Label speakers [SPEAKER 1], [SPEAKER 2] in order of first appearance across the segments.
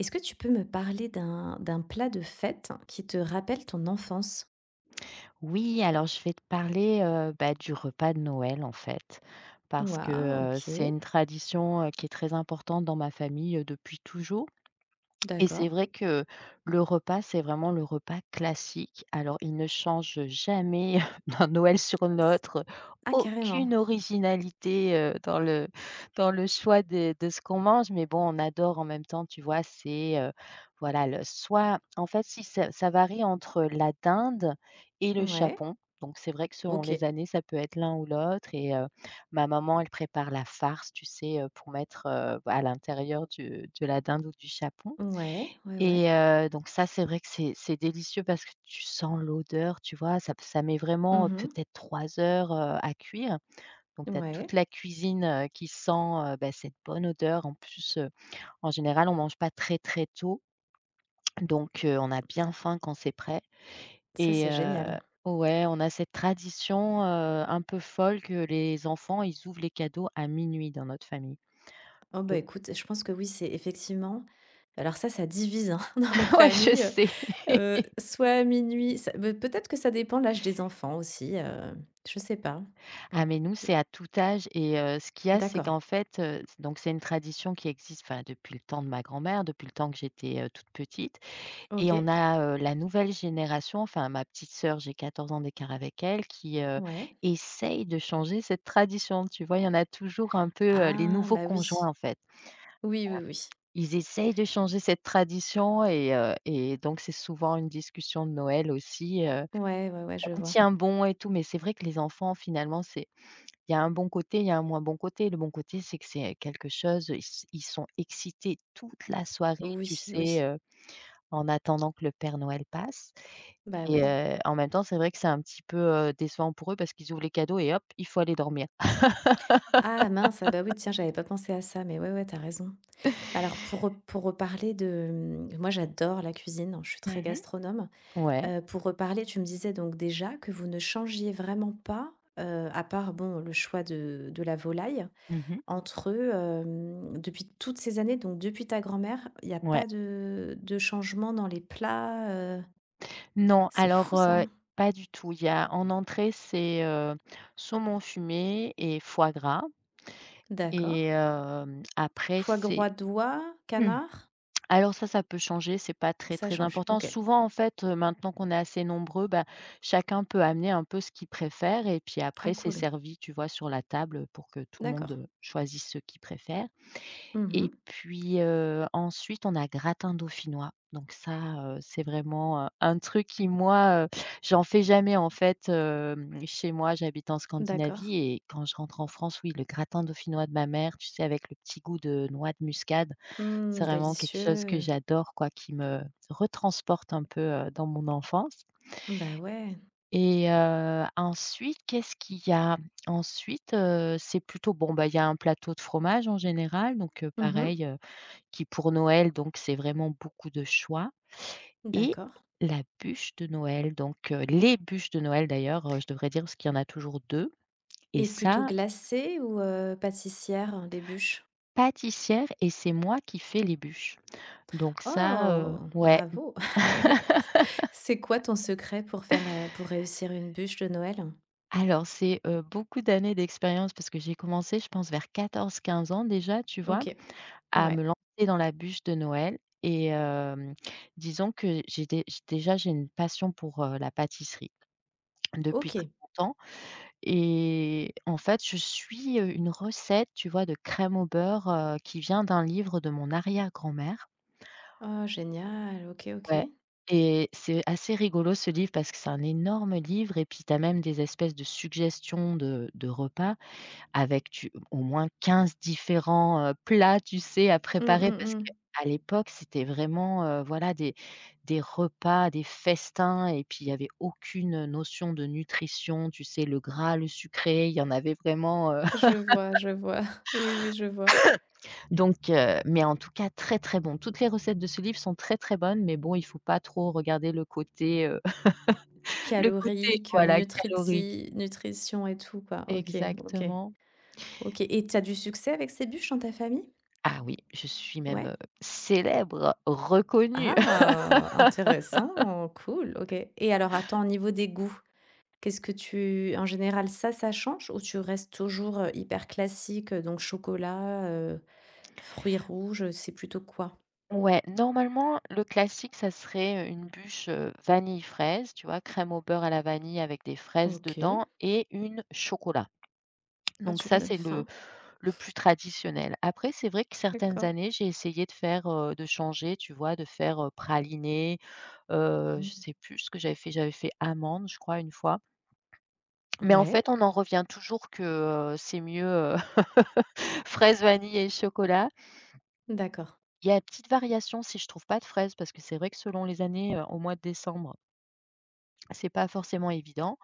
[SPEAKER 1] Est-ce que tu peux me parler d'un plat de fête qui te rappelle ton enfance?
[SPEAKER 2] Oui, alors je vais te parler, bah, du repas de Noël, en fait, parce que,
[SPEAKER 1] Waouh, OK,
[SPEAKER 2] c'est une tradition, qui est très importante dans ma famille, depuis toujours et c'est
[SPEAKER 1] d'accord.
[SPEAKER 2] vrai que le repas, c'est vraiment le repas classique. Alors, il ne change jamais d'un Noël sur
[SPEAKER 1] S
[SPEAKER 2] l'autre.
[SPEAKER 1] Ah carrément?
[SPEAKER 2] Aucune originalité, dans le choix de ce qu'on mange, mais bon, on adore en même temps, tu vois? C'est, voilà, le soit en fait, si ça varie entre la dinde et le
[SPEAKER 1] Ouais.
[SPEAKER 2] chapon. Donc c'est vrai que selon
[SPEAKER 1] OK.
[SPEAKER 2] les années, ça peut être l'un ou l'autre et ma maman, elle prépare la farce, tu sais, pour mettre, bah, à l'intérieur du de la dinde ou du chapon
[SPEAKER 1] Ouais, ouais, ouais.
[SPEAKER 2] et donc ça, c'est vrai que c'est délicieux parce que tu sens l'odeur, tu vois? Ça met vraiment,
[SPEAKER 1] Mhm.
[SPEAKER 2] peut-être 3 heures, à cuire. Donc tu as
[SPEAKER 1] Ouais,
[SPEAKER 2] toute la cuisine, qui sent, bah, cette bonne odeur. En plus, en général, on mange pas très, très tôt, donc on a bien faim quand c'est prêt
[SPEAKER 1] ça
[SPEAKER 2] et
[SPEAKER 1] c'est génial.
[SPEAKER 2] ouais, on a cette tradition, un peu folle que les enfants, ils ouvrent les cadeaux à minuit dans notre famille.
[SPEAKER 1] Oh bah
[SPEAKER 2] Do
[SPEAKER 1] écoute, je pense que oui, c'est effectivement, alors ça divise, hein, dans les
[SPEAKER 2] Ouais, je
[SPEAKER 1] familles,
[SPEAKER 2] sais.
[SPEAKER 1] soit à minuit, ça beh, peut-être que ça dépend l'âge des enfants aussi, je sais pas.
[SPEAKER 2] Ah mais nous,
[SPEAKER 1] Je-
[SPEAKER 2] c'est à tout âge et ce qu'il y a, c'est
[SPEAKER 1] D'accord,
[SPEAKER 2] qu'en fait, c donc c'est une tradition qui existe, enfin, depuis le temps de ma grand-mère, depuis le temps que j'étais, toute petite et on
[SPEAKER 1] OK,
[SPEAKER 2] a, la nouvelle génération, enfin ma petite sœur, j'ai 14 ans d'écart avec elle, qui,
[SPEAKER 1] ouais.
[SPEAKER 2] essaye de changer cette tradition, tu vois? Il y en a toujours un peu, les
[SPEAKER 1] Ah
[SPEAKER 2] nouveaux
[SPEAKER 1] bah oui.
[SPEAKER 2] conjoints, en fait.
[SPEAKER 1] Oui, oui, oui.
[SPEAKER 2] Ils essayent de changer cette tradition et donc c'est souvent une discussion de Noël aussi,
[SPEAKER 1] Ouais, ouais, ouais, je
[SPEAKER 2] on
[SPEAKER 1] vois.
[SPEAKER 2] tient bon et tout, mais c'est vrai que les enfants, finalement, c'est il y a un bon côté, il y a un moins bon côté. Le bon côté, c'est que c'est quelque chose ils sont excités toute la soirée, tu
[SPEAKER 1] Oui,
[SPEAKER 2] sais,
[SPEAKER 1] oui.
[SPEAKER 2] en attendant que le Père Noël passe
[SPEAKER 1] Bah
[SPEAKER 2] et
[SPEAKER 1] oui.
[SPEAKER 2] en même temps, c'est vrai que c'est un petit peu, décevant pour eux parce qu'ils ouvrent les cadeaux et hop, il faut aller dormir.
[SPEAKER 1] Ah mince, ah bah oui, tiens, j'avais pas pensé à ça, mais ouais, ouais, t'as raison. Bah alors pour, pour reparler de... Mmh, moi, j'adore la cuisine, hein, je suis très
[SPEAKER 2] Mmh.
[SPEAKER 1] gastronome.
[SPEAKER 2] Ouais.
[SPEAKER 1] Pour reparler, tu me disais donc déjà que vous ne changiez vraiment pas, à part, bon, le choix de la volaille,
[SPEAKER 2] Mmh.
[SPEAKER 1] entre, depuis toutes ces années, donc depuis ta grand-mère, il n'y a
[SPEAKER 2] Ouais.
[SPEAKER 1] pas de, de changement dans les plats.
[SPEAKER 2] Non,
[SPEAKER 1] C'est
[SPEAKER 2] alors,
[SPEAKER 1] fou ça.
[SPEAKER 2] pas du tout. Il y a en entrée, c'est, saumon fumé et foie gras
[SPEAKER 1] D'accord.
[SPEAKER 2] et après
[SPEAKER 1] Foie
[SPEAKER 2] c'est
[SPEAKER 1] gras d'oie, canard.
[SPEAKER 2] Alors ça peut changer, c'est pas très,
[SPEAKER 1] Ça
[SPEAKER 2] très
[SPEAKER 1] change,
[SPEAKER 2] important.
[SPEAKER 1] OK.
[SPEAKER 2] Souvent, en fait, maintenant qu'on est assez nombreux, bah, chacun peut amener un peu ce qu'il préfère et puis
[SPEAKER 1] Ah
[SPEAKER 2] après, c'est
[SPEAKER 1] cool,
[SPEAKER 2] servi, tu vois, sur la table, pour que tout le monde,
[SPEAKER 1] d'accord.
[SPEAKER 2] choisisse ce qu'il préfère et
[SPEAKER 1] Mmh.
[SPEAKER 2] puis, ensuite, on a gratin dauphinois. Donc ça, c'est vraiment, un truc qui moi, j'en fais jamais en fait, chez moi, j'habite en
[SPEAKER 1] D'accord.
[SPEAKER 2] Scandinavie et quand je rentre en France, oui, le gratin dauphinois de ma mère, tu sais, avec le petit goût de noix de muscade.
[SPEAKER 1] Mmh,
[SPEAKER 2] C'est vraiment quelque chose que
[SPEAKER 1] délicieux.
[SPEAKER 2] j'adore quoi, qui me retransporte un peu, dans mon enfance
[SPEAKER 1] Bah ouais.
[SPEAKER 2] et ensuite, qu'est-ce qu'il y a? Ensuite, c'est plutôt bon, bah, il y a un plateau de fromage en général, donc
[SPEAKER 1] Mmh.
[SPEAKER 2] pareil, qui pour Noël, donc c'est vraiment beaucoup de choix et
[SPEAKER 1] D'accord,
[SPEAKER 2] la bûche de Noël, donc les bûches de Noël d'ailleurs, je devrais dire, parce qu'il y en a toujours 2 et
[SPEAKER 1] et plutôt
[SPEAKER 2] ça,
[SPEAKER 1] glacée ou, pâtissière, les bûches?
[SPEAKER 2] pâtissière et c'est moi qui fais les bûches. Donc ça,
[SPEAKER 1] Oh!
[SPEAKER 2] ouais.
[SPEAKER 1] Bravo. C'est quoi ton secret pour faire, pour réussir une bûche de Noël?
[SPEAKER 2] Alors c'est, beaucoup d'années d'expérience parce que j'ai commencé, je pense, vers 14 15 ans déjà, tu vois?
[SPEAKER 1] OK,
[SPEAKER 2] À me
[SPEAKER 1] ouais.
[SPEAKER 2] lancer dans la bûche de Noël et disons que j'ai dé j déjà j'ai une passion pour, la pâtisserie depuis très
[SPEAKER 1] OK.
[SPEAKER 2] longtemps et en fait, je suis, une recette, tu vois, de crème au beurre, qui vient d'un livre de mon arrière-grand-mère.
[SPEAKER 1] Oh génial, OK,
[SPEAKER 2] Ouais
[SPEAKER 1] OK.
[SPEAKER 2] et c'est assez rigolo ce livre parce que c'est un énorme livre et puis tu as même des espèces de suggestions de repas avec tu au moins 15 différents, plats, tu sais, à
[SPEAKER 1] Mmh,
[SPEAKER 2] préparer
[SPEAKER 1] mmh
[SPEAKER 2] parce
[SPEAKER 1] mh.
[SPEAKER 2] qu'à l'époque, c'était vraiment, voilà des repas, des festins et puis il y avait aucune notion de nutrition, tu sais, le gras, le sucré, il y en avait vraiment,
[SPEAKER 1] Je vois, je vois. Oui, oui, je vois.
[SPEAKER 2] donc mais en tout cas très, très bon. Toutes les recettes de ce livre sont très, très bonnes, mais bon, il faut pas trop regarder le côté, le côté
[SPEAKER 1] Calorique,
[SPEAKER 2] voilà calorique.
[SPEAKER 1] nutrition et tout quoi. OK, OK,
[SPEAKER 2] Exactement.
[SPEAKER 1] OK, et t'as du succès avec ces bûches dans ta famille?
[SPEAKER 2] Ah oui, je suis même,
[SPEAKER 1] Ouais?
[SPEAKER 2] célèbre, reconnue.
[SPEAKER 1] Ah! Intéressant, cool, OK, et alors attends, au niveau des goûts, qu'est-ce que tu en général ça, ça change ou tu restes toujours, hyper classique, donc chocolat, fruits rouges, c'est plutôt quoi?
[SPEAKER 2] Ouais, normalement, le classique, ça serait, une bûche, vanille fraise, tu vois? Crème au beurre à la vanille avec des fraises
[SPEAKER 1] OK.
[SPEAKER 2] dedans et une chocolat.
[SPEAKER 1] Ah,
[SPEAKER 2] Donc
[SPEAKER 1] tu me
[SPEAKER 2] ça,
[SPEAKER 1] donnes
[SPEAKER 2] c'est le
[SPEAKER 1] faim.
[SPEAKER 2] plus traditionnel. Après, c'est vrai que certaines
[SPEAKER 1] D'accord.
[SPEAKER 2] années, j'ai essayé de faire, de changer, tu vois? De faire, praliné,
[SPEAKER 1] Mmh.
[SPEAKER 2] je sais plus ce que j'avais fait. J'avais fait amande, je crois, une fois. Mais en
[SPEAKER 1] Ouais,
[SPEAKER 2] fait, on en revient toujours que, c'est mieux, fraises, vanille et chocolat.
[SPEAKER 1] d'accord.
[SPEAKER 2] Il y a une petite variation si je trouve pas de fraises parce que c'est vrai que selon les années, au mois de décembre. C'est pas forcément évident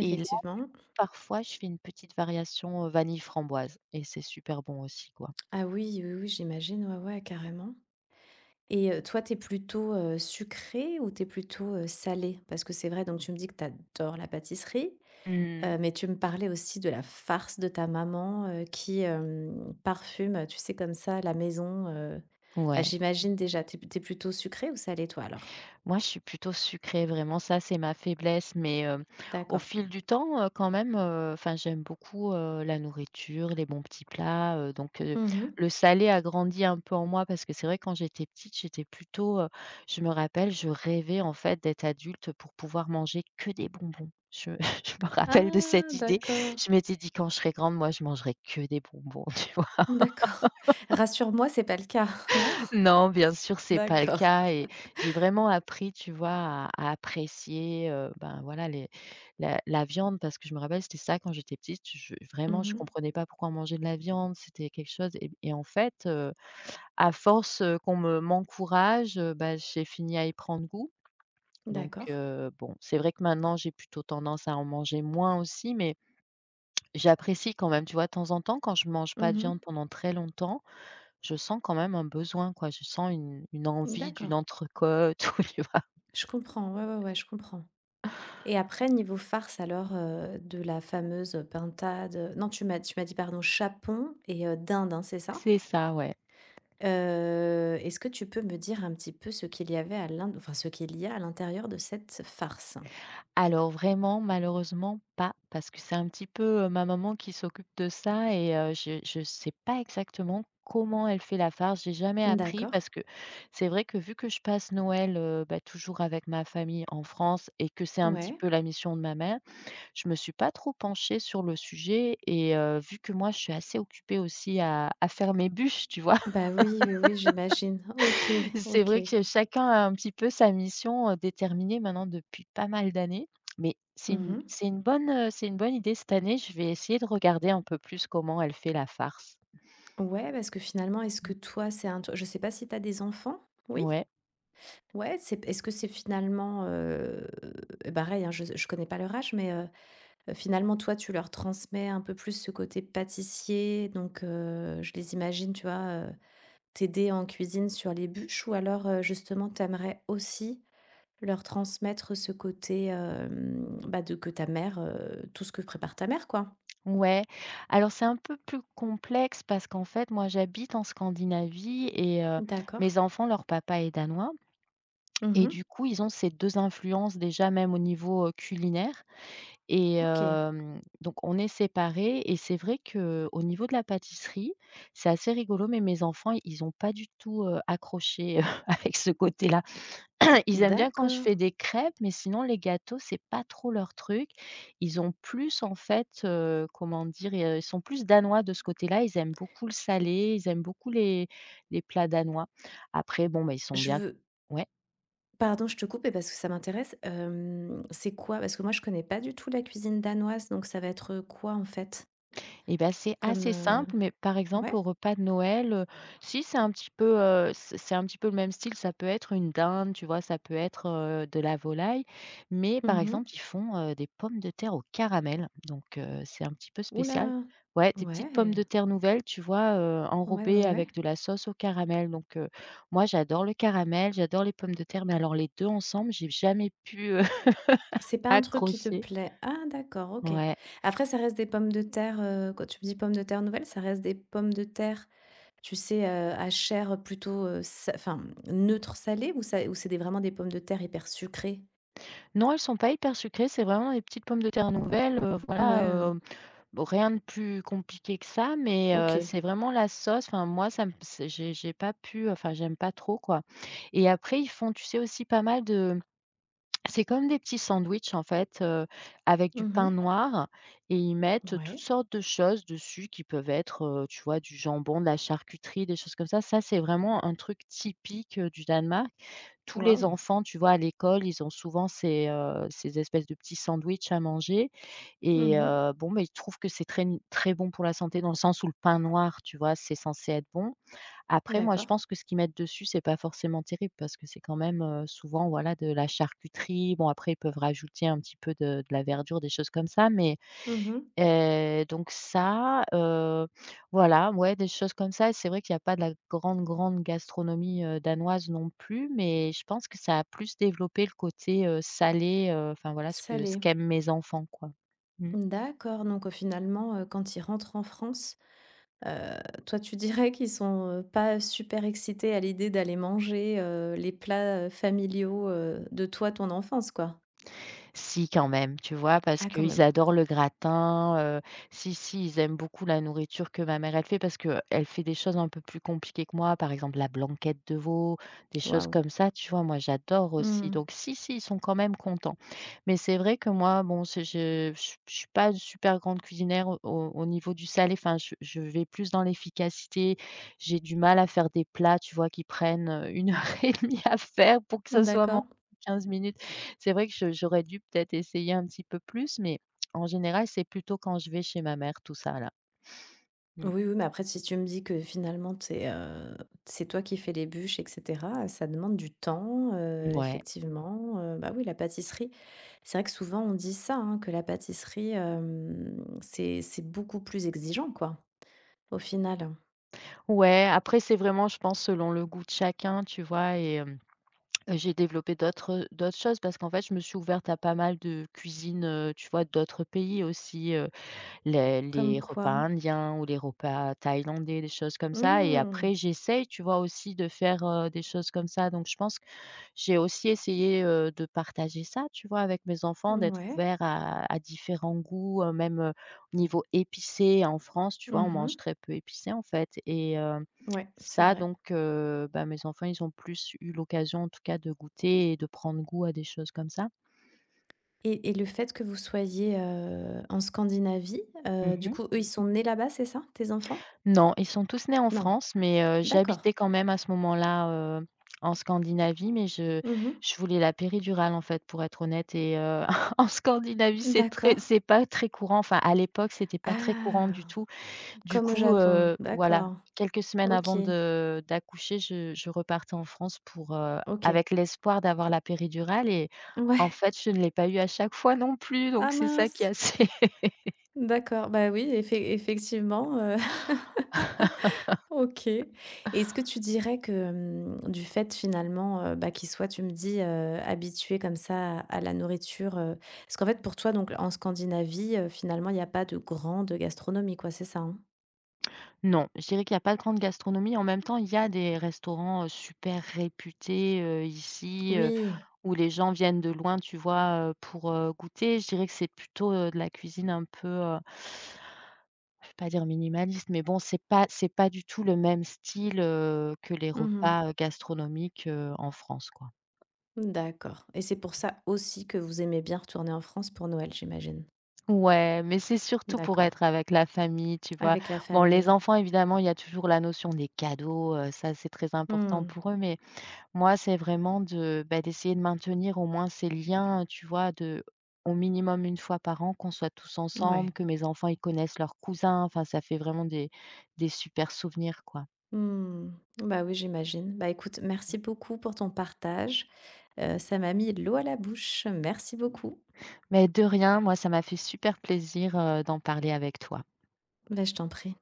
[SPEAKER 2] et là, parfois, je fais une petite variation, vanille framboise et c'est super bon aussi, quoi.
[SPEAKER 1] Ah oui, oui, oui, j'imagine, ouais, ouais, carrément. Et toi, t'es plutôt, sucrée ou t'es plutôt, salée? Parce que c'est vrai, donc tu me dis que t'adores la pâtisserie,
[SPEAKER 2] Mmh.
[SPEAKER 1] mais tu me parlais aussi de la farce de ta maman, qui, parfume, tu sais, comme ça, la maison, bah,
[SPEAKER 2] Ouais.
[SPEAKER 1] j'imagine déjà. T'es Es plutôt sucré ou salé, toi, alors?
[SPEAKER 2] Moi, je suis plutôt sucrée, vraiment, ça, c'est ma faiblesse, mais au
[SPEAKER 1] D'accord.
[SPEAKER 2] fil du temps, quand même, enfin, j'aime beaucoup, la nourriture, les bons petits plats, donc
[SPEAKER 1] Mmh.
[SPEAKER 2] le salé a grandi un peu en moi parce que c'est vrai, quand j'étais petite, j'étais plutôt, je me rappelle, je rêvais, en fait, d'être adulte pour pouvoir manger que des bonbons. Je je me rappelle de
[SPEAKER 1] Ah
[SPEAKER 2] cette idée.
[SPEAKER 1] d'accord,
[SPEAKER 2] Je m'étais dit: «Quand je serai grande, moi, je mangerai que des bonbons».
[SPEAKER 1] d'accord. Rassure-moi, c'est pas le cas, non?
[SPEAKER 2] Non, bien sûr, c'est pas le
[SPEAKER 1] D'accord.
[SPEAKER 2] cas et j'ai vraiment appris, tu vois, à apprécier, ben, voilà, les la la viande parce que je me rappelle, c'était ça quand j'étais petite, je vraiment, je
[SPEAKER 1] Mmh.
[SPEAKER 2] comprenais pas pourquoi on mangeait de la viande, c'était quelque chose et en fait, à force, qu'on me m'encourage, bah, j'ai fini à y prendre goût donc
[SPEAKER 1] D'accord.
[SPEAKER 2] bon, c'est vrai que maintenant, j'ai plutôt tendance à en manger moins aussi mais j'apprécie quand même, tu vois? De temps en temps, quand je mange pas de
[SPEAKER 1] Mmh.
[SPEAKER 2] viande pendant très longtemps, je sens quand même un besoin, quoi. Je sens une envie d'une
[SPEAKER 1] D'accord.
[SPEAKER 2] entrecôte ou tu vois?
[SPEAKER 1] Je comprends, ouais, ouais, ouais, je comprends. Et après niveau farce alors, de la fameuse pintade, non tu m'as dit pardon chapon et dinde, hein, c'est ça?
[SPEAKER 2] C'est ça, ouais.
[SPEAKER 1] Est-ce que tu peux me dire un petit peu ce qu'il y avait à l'int enfin ce qu'il y a à l'intérieur de cette farce?
[SPEAKER 2] Alors vraiment, malheureusement pas, parce que c'est un petit peu, ma maman qui s'occupe de ça et je ne sais pas exactement comment elle fait la farce. J'ai jamais appris
[SPEAKER 1] D'accord,
[SPEAKER 2] parce que c'est vrai que vu que je passe Noël, bah, toujours avec ma famille en France et que c'est un petit
[SPEAKER 1] ouais.
[SPEAKER 2] peu la mission de ma mère, je me suis pas trop penchée sur le sujet et vu que moi je suis assez occupée aussi à faire mes bûches, tu vois?
[SPEAKER 1] Bah, oui, oui, oui, j'imagine. OK,
[SPEAKER 2] C'est
[SPEAKER 1] OK.
[SPEAKER 2] vrai que chacun a un petit peu sa mission, déterminée maintenant depuis pas mal d'années. Mais c'est une
[SPEAKER 1] Mmh.
[SPEAKER 2] c'est une bonne, heu, c'est une bonne idée cette année, je vais essayer de regarder un peu plus comment elle fait la farce.
[SPEAKER 1] Ouais, parce que finalement est-ce que
[SPEAKER 2] Mmh.
[SPEAKER 1] toi c'est un tru je sais pas si t'as des enfants? Oui?
[SPEAKER 2] Ouais,
[SPEAKER 1] Ouais, c'est est-ce que c'est finalement, pareil, hein, je connais pas leur âge, mais heu, finalement, toi, tu leur transmets un peu plus ce côté pâtissier, donc je les imagine, tu vois, t'aider en cuisine sur les bûches ou alors, justement, tu aimerais aussi leur transmettre ce côté, bah, de que ta mère, tout ce que prépare ta mère, quoi?
[SPEAKER 2] ouais. Alors c'est un peu plus complexe parce qu'en fait, moi j'habite en Scandinavie et
[SPEAKER 1] D'accord.
[SPEAKER 2] mes enfants, leur papa est danois et
[SPEAKER 1] Mmh.
[SPEAKER 2] du coup, ils ont ces 2 influences déjà même au niveau, culinaire. Et
[SPEAKER 1] OK.
[SPEAKER 2] donc on est séparés et c'est vrai qu'au niveau de la pâtisserie, c'est assez rigolo, mais mes enfants, ils ont pas du tout, accroché, avec ce côté-là. Ils aiment bien quand je
[SPEAKER 1] D'accord.
[SPEAKER 2] fais des crêpes, mais sinon les gâteaux, c'est pas trop leur truc. Ils ont plus en fait, comment dire? Ils sont plus danois de ce côté-là. Ils aiment beaucoup le salé, ils aiment beaucoup les plats danois. Après bon, bah, ils sont
[SPEAKER 1] Je
[SPEAKER 2] bien
[SPEAKER 1] veux
[SPEAKER 2] ouais?
[SPEAKER 1] pardon, je te coupe, mais parce que ça m'intéresse, c'est quoi? Parce que moi, je connais pas du tout la cuisine danoise, donc ça va être, quoi, en fait?
[SPEAKER 2] Et ben c'est
[SPEAKER 1] Comme,
[SPEAKER 2] assez
[SPEAKER 1] heu,
[SPEAKER 2] simple, mais par exemple,
[SPEAKER 1] ouais?
[SPEAKER 2] au repas de Noël, si c'est un petit peu, c'est un petit peu le même style, ça peut être une dinde, tu vois? Ça peut être, de la volaille, mais par
[SPEAKER 1] Mmh.
[SPEAKER 2] exemple, ils font, des pommes de terre au caramel, donc c'est un petit peu spécial.
[SPEAKER 1] Oula,
[SPEAKER 2] Ouais, des petites pommes
[SPEAKER 1] ouais.
[SPEAKER 2] de terre nouvelles, tu vois?
[SPEAKER 1] Ouais, ouais,
[SPEAKER 2] Enrobées
[SPEAKER 1] ouais.
[SPEAKER 2] avec de la sauce au caramel, donc moi j'adore le caramel, j'adore les pommes de terre, mais alors les 2 ensemble, j'ai jamais pu,
[SPEAKER 1] C'est pas un truc qui te
[SPEAKER 2] accrocher.
[SPEAKER 1] plaît? Ah d'accord, OK.
[SPEAKER 2] Ouais.
[SPEAKER 1] Après ça reste des pommes de terre, quand tu me dis pommes de terre nouvelles, ça reste des pommes de terre, tu sais, à chair plutôt, sa enfin, neutre salée ou ça ou c'est des vraiment des pommes de terre hyper sucrées?
[SPEAKER 2] Non, elles sont pas hyper sucrées, c'est vraiment des petites pommes de terre nouvelles, voilà.
[SPEAKER 1] Ouais,
[SPEAKER 2] heu, bon, rien de plus compliqué que ça, mais
[SPEAKER 1] OK.
[SPEAKER 2] c'est vraiment la sauce. Enfin moi, ça me c'est j'ai pas pu, enfin j'aime pas trop, quoi. Et après ils font, tu sais, aussi pas mal de... c'est comme des petits sandwichs, en fait, avec du pain
[SPEAKER 1] Mhm.
[SPEAKER 2] noir, et ils mettent toutes
[SPEAKER 1] Ouais.
[SPEAKER 2] sortes de choses dessus qui peuvent être, tu vois, du jambon, de la charcuterie, des choses comme ça. Ça, c'est vraiment un truc typique, du Danemark. Tous les
[SPEAKER 1] Waouh!
[SPEAKER 2] enfants, tu vois, à l'école, ils ont souvent ces, ces espèces de petits sandwichs à manger. Et
[SPEAKER 1] Mhm.
[SPEAKER 2] bon, mais ils trouvent que c'est très très bon pour la santé, dans le sens où le pain noir, tu vois, c'est censé être bon. Après moi, je
[SPEAKER 1] D'accord.
[SPEAKER 2] pense que ce qu'ils mettent dessus, c'est pas forcément terrible, parce que c'est quand même, souvent, voilà, de la charcuterie. Bon, après, ils peuvent rajouter un petit peu de la verdure, des choses comme ça, mais...
[SPEAKER 1] Mhm, mh.
[SPEAKER 2] Donc ça, voilà, ouais, des choses comme ça. Et c'est vrai qu'il n'y a pas de la grande, grande gastronomie, danoise non plus, mais je pense que ça a plus développé le côté, salé, enfin voilà ce qu'aiment mes enfants, quoi. Mmh.
[SPEAKER 1] D'accord, donc finalement, quand ils rentrent en France, heu, toi, tu dirais qu'ils sont, pas super excités à l'idée d'aller manger, les plats, familiaux, de toi, ton enfance, quoi?
[SPEAKER 2] Si, quand même, tu vois? Parce
[SPEAKER 1] Ah quand
[SPEAKER 2] qu'ils
[SPEAKER 1] même.
[SPEAKER 2] adorent le gratin, si, si, ils aiment beaucoup la nourriture que ma mère, elle fait, parce qu'elle fait des choses un peu plus compliquées que moi, par exemple la blanquette de veau, des choses
[SPEAKER 1] Waouh.
[SPEAKER 2] comme ça, tu vois? Moi, j'adore aussi,
[SPEAKER 1] Mmh.
[SPEAKER 2] donc si, si, ils sont quand même contents. Mais c'est vrai que moi, bon, c'est... je suis pas une super grande cuisinière au au niveau du salé. Enfin, je vais plus dans l'efficacité. J'ai du mal à faire des plats, tu vois, qui prennent, 1 heure et demie à faire pour que ça soit mangé
[SPEAKER 1] D'accord.
[SPEAKER 2] en 15 minutes. C'est vrai que je j'aurais dû peut-être essayer un petit peu plus, mais en général, c'est plutôt quand je vais chez ma mère, tout ça là. Mmh.
[SPEAKER 1] Oui, oui, mais après si tu me dis que finalement tu es, c'est toi qui fais les bûches et cetera, ça demande du temps,
[SPEAKER 2] Ouais.
[SPEAKER 1] effectivement, bah, oui, la pâtisserie. C'est vrai que souvent on dit ça, hein, que la pâtisserie, c'est beaucoup plus exigeant, quoi, au final.
[SPEAKER 2] Ouais, après c'est vraiment, je pense, selon le goût de chacun, tu vois? Et hem, j'ai développé d'autres choses, parce qu'en fait, je me suis ouverte à pas mal de cuisines, tu vois? D'autres pays aussi,
[SPEAKER 1] Comme
[SPEAKER 2] les repas
[SPEAKER 1] quoi.
[SPEAKER 2] indiens ou les repas thaïlandais, des choses comme ça, et
[SPEAKER 1] Mmh.
[SPEAKER 2] après j'essaye, tu vois? Aussi de faire, des choses comme ça, donc je pense... J'ai aussi essayé, de partager ça, tu vois, avec mes enfants, d'être
[SPEAKER 1] Ouais.
[SPEAKER 2] ouvert à différents goûts, même, au niveau épicé. En France, tu vois, on
[SPEAKER 1] Mmh.
[SPEAKER 2] mange très peu épicé, en fait, et
[SPEAKER 1] Ouais, c'est
[SPEAKER 2] ça.
[SPEAKER 1] vrai,
[SPEAKER 2] Donc bah, mes enfants, ils ont plus eu l'occasion, en tout cas, de goûter et de prendre goût à des choses comme ça.
[SPEAKER 1] et le fait que vous soyez, en Scandinavie, du
[SPEAKER 2] Mmh.
[SPEAKER 1] coup, eux, ils sont nés là-bas, c'est ça, tes enfants?
[SPEAKER 2] Non, ils sont tous nés en
[SPEAKER 1] Non?
[SPEAKER 2] France, mais
[SPEAKER 1] D'accord.
[SPEAKER 2] j'habitais quand même à ce moment-là, en Scandinavie. Mais
[SPEAKER 1] Mmh.
[SPEAKER 2] je voulais la péridurale, en fait, pour être honnête, et en Scandinavie, c'est très...
[SPEAKER 1] D'accord.
[SPEAKER 2] c'est pas très courant. Enfin, à l'époque, c'était pas très courant du
[SPEAKER 1] Ah!
[SPEAKER 2] tout. Du
[SPEAKER 1] Comme au
[SPEAKER 2] coup,
[SPEAKER 1] Japon.
[SPEAKER 2] voilà,
[SPEAKER 1] D'accord.
[SPEAKER 2] quelques semaines avant
[SPEAKER 1] OK,
[SPEAKER 2] de d'accoucher, je repartais en France pour,
[SPEAKER 1] OK.
[SPEAKER 2] avec l'espoir d'avoir la péridurale, et en
[SPEAKER 1] Ouais.
[SPEAKER 2] fait, je ne l'ai pas eu à chaque fois non plus, donc
[SPEAKER 1] Ah
[SPEAKER 2] c'est ça qui est
[SPEAKER 1] mince!
[SPEAKER 2] assez...
[SPEAKER 1] D'accord. Bah oui, effec effectivement, OK. Et est-ce que tu dirais que, mmh, du fait finalement, bah, qu'il soit, tu me dis, habitué comme ça à la nourriture, heu, parce qu'en fait pour toi donc en Scandinavie, finalement il n'y a pas de grande gastronomie quoi, c'est ça, hein?
[SPEAKER 2] Non, je dirais qu'il y a pas de grande gastronomie. En même temps, il y a des restaurants, super réputés, ici,
[SPEAKER 1] Oui.
[SPEAKER 2] où les gens viennent de loin, tu vois, pour, goûter. Je dirais que c'est plutôt, de la cuisine un peu, je vais pas dire minimaliste, mais bon, c'est pas du tout le même style, que les
[SPEAKER 1] Mmh.
[SPEAKER 2] repas, gastronomiques, en France, quoi.
[SPEAKER 1] D'accord, et c'est pour ça aussi que vous aimez bien retourner en France pour Noël, j'imagine?
[SPEAKER 2] Ouais, mais c'est surtout pour
[SPEAKER 1] D'accord.
[SPEAKER 2] être avec la famille, tu vois?
[SPEAKER 1] Avec la
[SPEAKER 2] Bon, les
[SPEAKER 1] famille.
[SPEAKER 2] enfants, évidemment, il y a toujours la notion des cadeaux, ça, c'est très important
[SPEAKER 1] Mmh.
[SPEAKER 2] pour eux, mais... Moi, c'est vraiment de, bah, d'essayer de maintenir au moins ces liens, tu vois, de au minimum 1 fois par an, qu'on soit tous ensemble,
[SPEAKER 1] Ouais.
[SPEAKER 2] que mes enfants, ils connaissent leurs cousins. Enfin, ça fait vraiment des super souvenirs, quoi.
[SPEAKER 1] Mmh. Bah, oui, j'imagine. Bah, écoute, merci beaucoup pour ton partage, ça m'a mis l'eau à la bouche. Merci beaucoup.
[SPEAKER 2] Mais de rien, moi, ça m'a fait super plaisir, d'en parler avec toi.
[SPEAKER 1] Bah, je t'en prie.